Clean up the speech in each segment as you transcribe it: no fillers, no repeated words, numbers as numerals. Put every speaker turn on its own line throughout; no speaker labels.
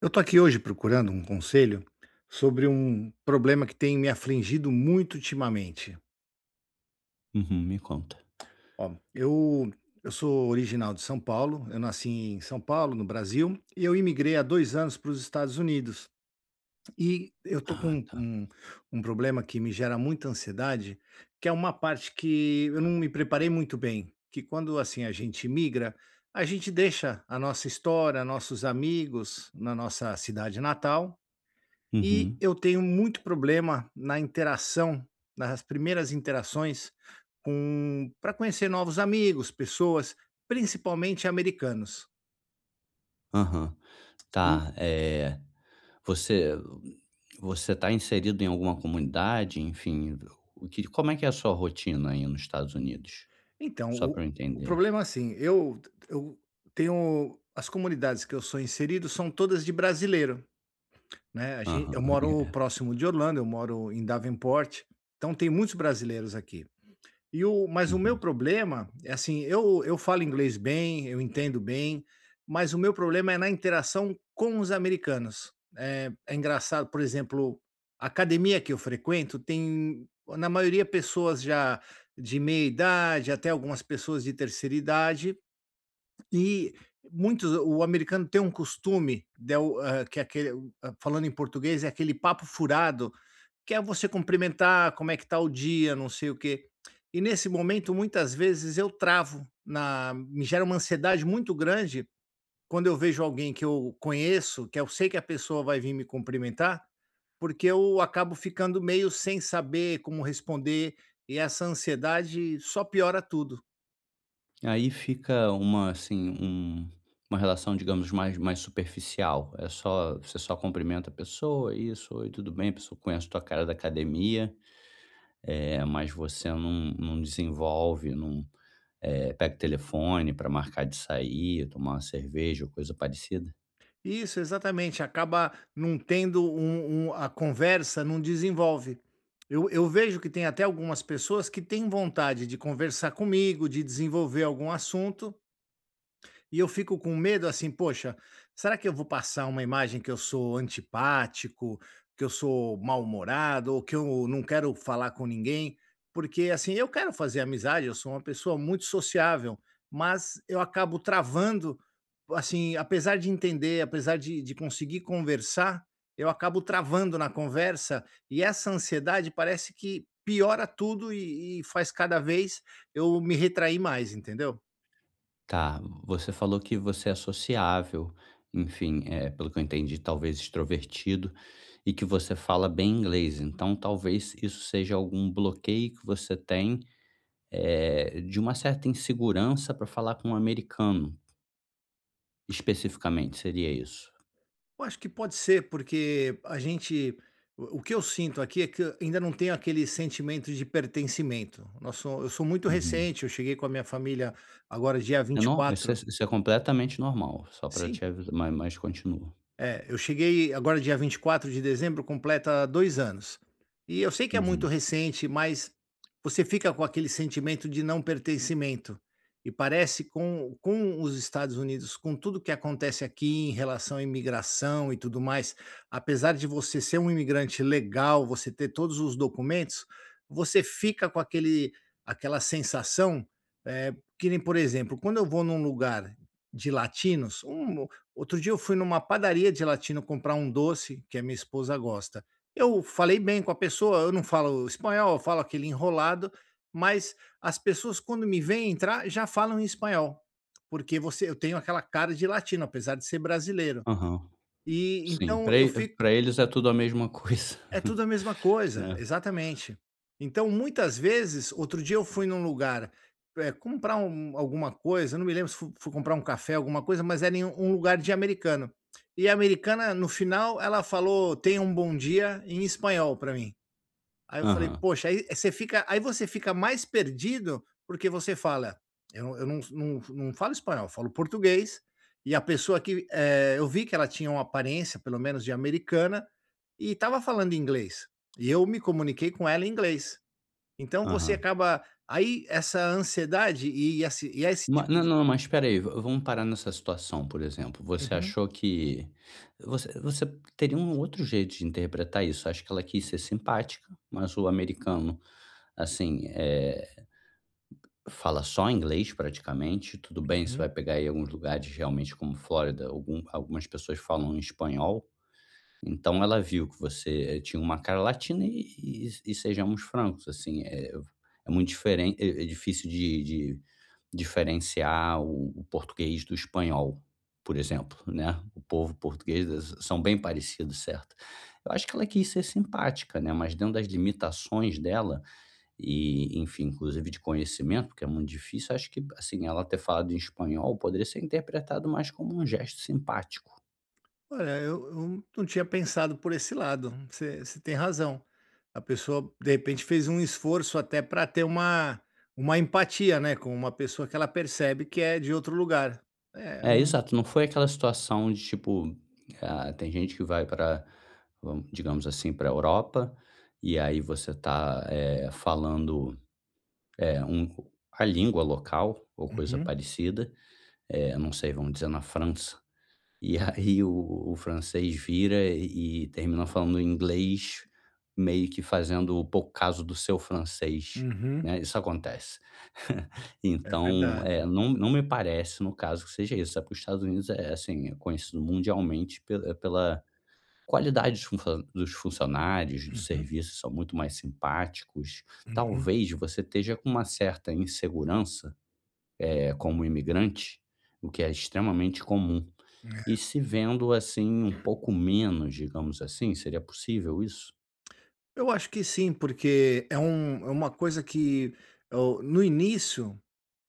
Eu tô aqui hoje procurando um conselho sobre um problema que tem me afligido muito ultimamente.
Uhum, me conta.
Ó, eu sou original de São Paulo, eu nasci em São Paulo, no Brasil, e eu imigrei há 2 anos para os Estados Unidos. E eu tô
Ah,
com
tá.
um problema que me gera muita ansiedade, que é uma parte que eu não me preparei muito bem, que quando, assim, a gente imigra, a gente deixa a nossa história, nossos amigos na nossa cidade natal. E
Uhum,
eu tenho muito problema na interação, nas primeiras interações com para conhecer novos amigos, pessoas, principalmente americanos.
aham.
E
Tá, você você tá inserido em alguma comunidade? Enfim, o que como é que é a sua rotina aí nos Estados Unidos?
então,
Só
o
para eu
o
entender.
problema é assim, eu tenho as comunidades que eu sou inserido são todas de brasileiro, né, a gen eu
Aham,
moro
é.
próximo de Orlando, eu moro em Davenport, então tem muitos brasileiros aqui. E o mas o meu
Uhum.
problema é assim, eu falo inglês bem, eu entendo bem, mas o meu problema é na interação com os americanos. É engraçado, por exemplo, a academia que eu frequento tem, na maioria, pessoas já de meia idade, até algumas pessoas de terceira idade, e muitos o americano tem um costume de o que é aquele eh, falando em português, é aquele papo furado que é você cumprimentar, como é que tá o dia, não sei o quê. E nesse momento, muitas vezes eu travo na me gera uma ansiedade muito grande quando eu vejo alguém que eu conheço, que eu sei que a pessoa vai vir me cumprimentar, porque eu acabo ficando meio sem saber como responder, e essa ansiedade só piora tudo.
Aí fica uma, assim, um uma relação, digamos, mais superficial, é só você só cumprimenta a pessoa, "Isso, oi, tudo bem?", a pessoa conhece a tua cara da academia, é, mas você não desenvolve, não. Eh, pega o telefone para marcar de sair, tomar uma cerveja ou coisa parecida?
Isso, exatamente. Acaba não tendo um um a conversa não desenvolve. Eu vejo que tem até algumas pessoas que têm vontade de conversar comigo, de desenvolver algum assunto, e eu fico com medo assim, poxa, será que eu vou passar uma imagem que eu sou antipático, que eu sou mal-humorado, ou que eu não quero falar com ninguém? Porque assim, eu quero fazer amizade, eu sou uma pessoa muito sociável, mas eu acabo travando, assim, apesar de entender, apesar de conseguir conversar, eu acabo travando na conversa, e essa ansiedade parece que piora tudo e faz cada vez eu me retrair mais, entendeu?
Tá, você falou que você é sociável, enfim, pelo que eu entendi, talvez extrovertido, e que você fala bem inglês, então talvez isso seja algum bloqueio que você tem, de uma certa insegurança para falar com um americano, especificamente, seria isso?
Eu acho que pode ser, porque a gente o que eu sinto aqui é que eu ainda não tenho aquele sentimento de pertencimento. Nós so Eu sou muito
Uhum.
recente, eu cheguei com a minha família agora dia
É
vinte e
nor Isso é,
quatro.
isso é completamente normal, só para
Sim.
te avisar, ma mas continua.
É, eu cheguei agora dia 24 de dezembro, completa 2 anos. E eu sei que é muito
Uhum.
recente, mas você fica com aquele sentimento de não pertencimento. E parece com os Estados Unidos, com tudo que acontece aqui em relação à imigração e tudo mais, apesar de você ser um imigrante legal, você ter todos os documentos, você fica com aquele aquela sensação, eh, que nem, por exemplo, quando eu vou num lugar de latinos, outro dia eu fui numa padaria de latino comprar um doce que a minha esposa gosta. Eu falei bem com a pessoa, eu não falo espanhol, eu falo aquele enrolado, mas as pessoas quando me veem entrar já falam em espanhol, porque você eu tenho aquela cara de latino, apesar de ser brasileiro.
Aham.
E
Sim,
então eu fico.
pra eles é tudo a mesma coisa,
É tudo a mesma coisa,
né.
exatamente. Então, muitas vezes, outro dia eu fui num lugar, comprar alguma coisa, não me lembro se fu fui comprar um café, alguma coisa, mas era em um lugar de americano. E a americana, no final, ela falou: "Tenha um bom dia", em espanhol para mim. Aí eu falei:
Aham,
"Poxa", aí você fica mais perdido, porque você fala: "Eu não falo espanhol, eu falo português", e a pessoa eu vi que ela tinha uma aparência, pelo menos de americana, e estava falando inglês, e eu me comuniquei com ela em inglês. Então você
aham.
acaba aí essa ansiedade esse
Ma
tipo
Não,
de
não, mas espera aí, va vamos parar nessa situação, por exemplo, você
uhum.
achou que você teria um outro jeito de interpretar isso, acho que ela quis ser simpática, mas o americano, assim, fala só inglês praticamente, tudo bem, você vai pegar aí alguns lugares realmente como Flórida, algumas pessoas falam espanhol. Então ela viu que você, tinha uma cara latina e e sejamos francos, assim, é muito diferente, é difícil de diferenciar o português do espanhol, por exemplo, né. O povo português s são bem parecidos, certo. Eu acho que ela quis ser simpática, né, mas dentro das limitações dela e, enfim, inclusive de conhecimento, porque é muito difícil, acho que, assim, ela ter falado em espanhol poderia ser interpretado mais como um gesto simpático.
Olha, eu não tinha pensado por esse lado, você tem razão. A pessoa, de repente, fez um esforço até para ter uma empatia, né, com uma pessoa que ela percebe que é de outro lugar. É é
É,
um
exato, não foi aquela situação de tipo, ah, tem gente que vai para, digamos assim, para a Europa, e aí você tá, falando, eh, um a língua local ou coisa
uhum,
parecida, não sei, vamos dizer na França, e aí o francês vira e termina falando inglês, meio que fazendo pouco caso do seu francês,
uhum,
né, isso acontece.
é
Então,
verdade.
não me parece, no caso, que seja isso, sabe, que os Estados Unidos é, assim, é conhecido mundialmente pela qualidade dos funcionários, dos
Uhum,
serviços, são muito mais simpáticos.
uhum,
Talvez você esteja com uma certa insegurança, como imigrante, o que é extremamente comum. E
é.
se vendo, assim, um pouco menos, digamos assim, seria possível isso?
Eu acho que sim, porque é uma coisa que, oh, no início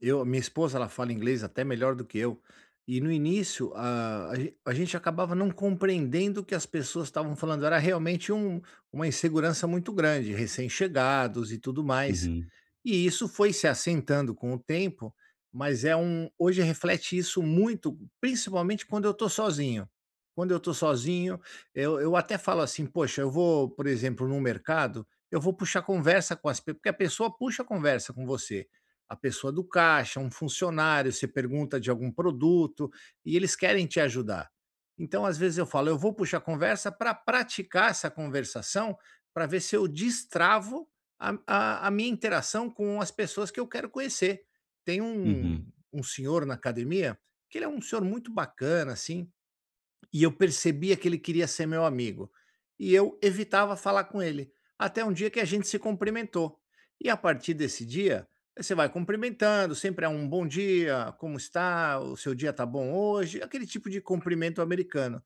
Eu minha esposa, ela fala inglês até melhor do que eu. E no início, a gente acabava não compreendendo o que as pessoas estavam falando, era realmente uma insegurança muito grande, recém-chegados e tudo mais.
Uhum,
E isso foi se assentando com o tempo, mas é um hoje reflete isso muito, principalmente quando eu estou sozinho. Quando eu estou sozinho, eu até falo assim: "Poxa, eu vou, por exemplo, no mercado, eu vou puxar conversa com as pe" porque a pessoa puxa conversa com você. A pessoa do caixa, um funcionário, você pergunta de algum produto e eles querem te ajudar. Então, às vezes eu falo: "Eu vou puxar conversa para praticar essa conversação, para ver se eu destravo a minha interação com as pessoas que eu quero conhecer. Tem
uhum,
um senhor na academia, que ele é um senhor muito bacana, assim, e eu percebia que ele queria ser meu amigo. E eu evitava falar com ele. Até um dia que a gente se cumprimentou. E a partir desse dia, você vai cumprimentando, sempre é um bom dia, como está? O seu dia tá bom hoje? Aquele tipo de cumprimento americano.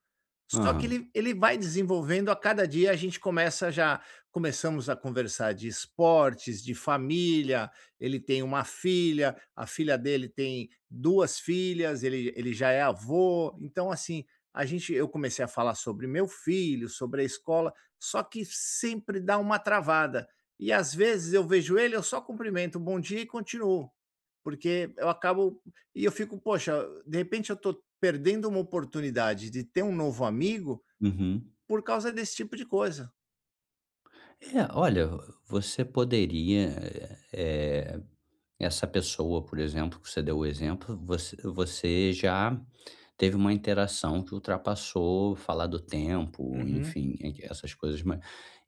Só que
aham,
ele vai desenvolvendo a cada dia, a gente começa já, começamos a conversar de esportes, de família, ele tem uma filha, a filha dele tem duas filhas, ele já é avô, então assim, a gente eu comecei a falar sobre meu filho, sobre a escola, só que sempre dá uma travada. E às vezes eu vejo ele, eu só cumprimento, bom dia e continuo. Porque eu acabo e eu fico, poxa, de repente eu estou perdendo uma oportunidade de ter um novo amigo
uhum.
por causa desse tipo de coisa.
É, olha, você poderia, eh Essa pessoa, por exemplo, que você deu o exemplo, você já teve uma interação que ultrapassou falar do tempo,
Uhum,
enfim, e essas coisas, mas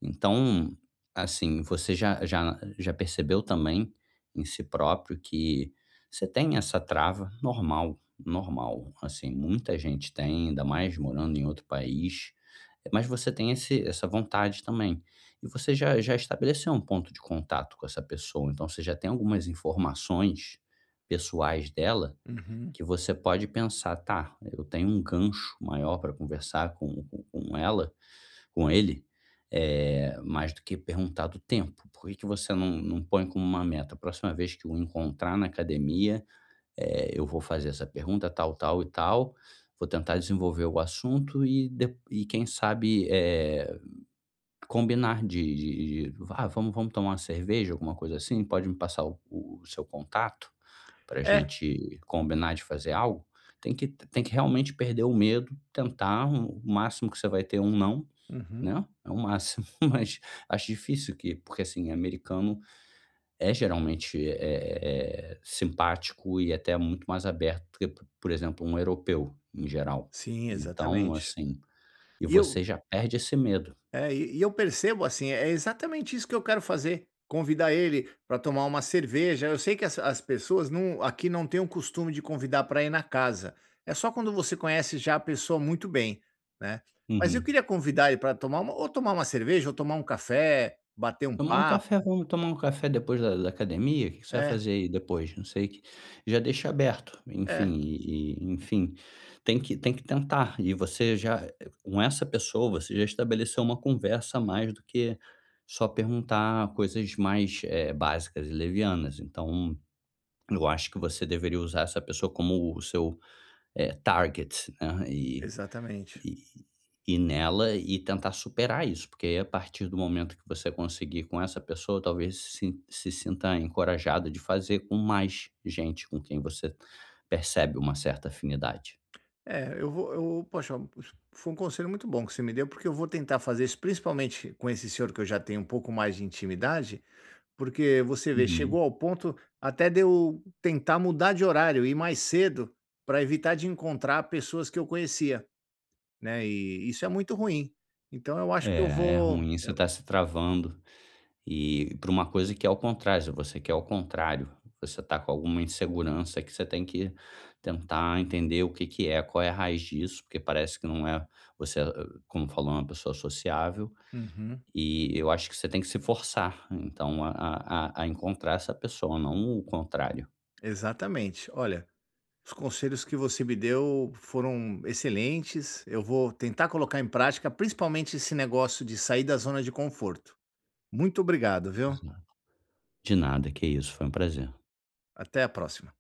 então, assim, você já percebeu também em si próprio que você tem essa trava normal, normal, assim, muita gente tem, ainda mais morando em outro país. Mas você tem esse essa vontade também. E você já estabeleceu um ponto de contato com essa pessoa, então você já tem algumas informações pessoais dela,
uhum,
que você pode pensar: "Tá, eu tenho um gancho maior para conversar com ela, com ele, mais do que perguntar do tempo". Por que que você não põe como uma meta: "Próxima vez que o encontrar na academia, eu vou fazer essa pergunta tal, tal e tal, vou tentar desenvolver o assunto e quem sabe, combinar de: 'Ah, vamos tomar uma cerveja', alguma coisa assim? 'Pode me passar o seu contato para a
é.
gente combinar de fazer algo?'". Tem que realmente perder o medo, tentar, o máximo que você vai ter é um "não",
Uhum.
né, é o máximo, mas acho difícil que porque, assim, americano é geralmente, simpático e até muito mais aberto do que, por exemplo, um europeu, em geral.
Sim,
Então,
exatamente.
assim, e
E eu
você já perde esse medo.
É, e eu percebo, assim, é exatamente isso que eu quero fazer, convidar ele para tomar uma cerveja. Eu sei que as pessoas não aqui não têm o costume de convidar para ir na casa. É só quando você conhece já a pessoa muito bem, né. Mas eu
Uhum.
queria convidar ele para tomar uma ou tomar uma cerveja, ou tomar um café, bater um
Tomar um café,
papo.
vamos tomar um café depois da academia? O Que que você vai
É,
fazer aí depois? Não sei o que. Já deixa aberto, enfim,
é,
e enfim, tem que tentar, e você já com essa pessoa, você já estabeleceu uma conversa a mais do que só perguntar coisas mais, básicas e levianas, então eu acho que você deveria usar essa pessoa como o seu, target, né,
exatamente.
e e nela e tentar superar isso, porque aí a partir do momento que você conseguir com essa pessoa, talvez se se sinta encorajada de fazer com mais gente com quem você percebe uma certa afinidade.
É, eu poxa, foi um conselho muito bom que você me deu, porque eu vou tentar fazer isso, principalmente com esse senhor que eu já tenho um pouco mais de intimidade, porque você vê,
Uhum.
chegou ao ponto até de eu tentar mudar de horário, ir mais cedo, para evitar de encontrar pessoas que eu conhecia, né, e isso é muito ruim. Então eu acho que eu
É, é
vou.
ruim, você tá se travando e pra uma coisa que é ao contrário, você quer ao contrário, você está com alguma insegurança que você tem que tentar entender o que que é, qual é a raiz disso, porque parece que não é você, como falou, uma pessoa sociável.
Uhum,
E eu acho que você tem que se forçar, então, a encontrar essa pessoa, não o contrário.
exatamente. Olha, os conselhos que você me deu foram excelentes, eu vou tentar colocar em prática, principalmente esse negócio de sair da zona de conforto. Muito obrigado, viu.
Exato. De nada, que isso, foi um prazer.
Até a próxima.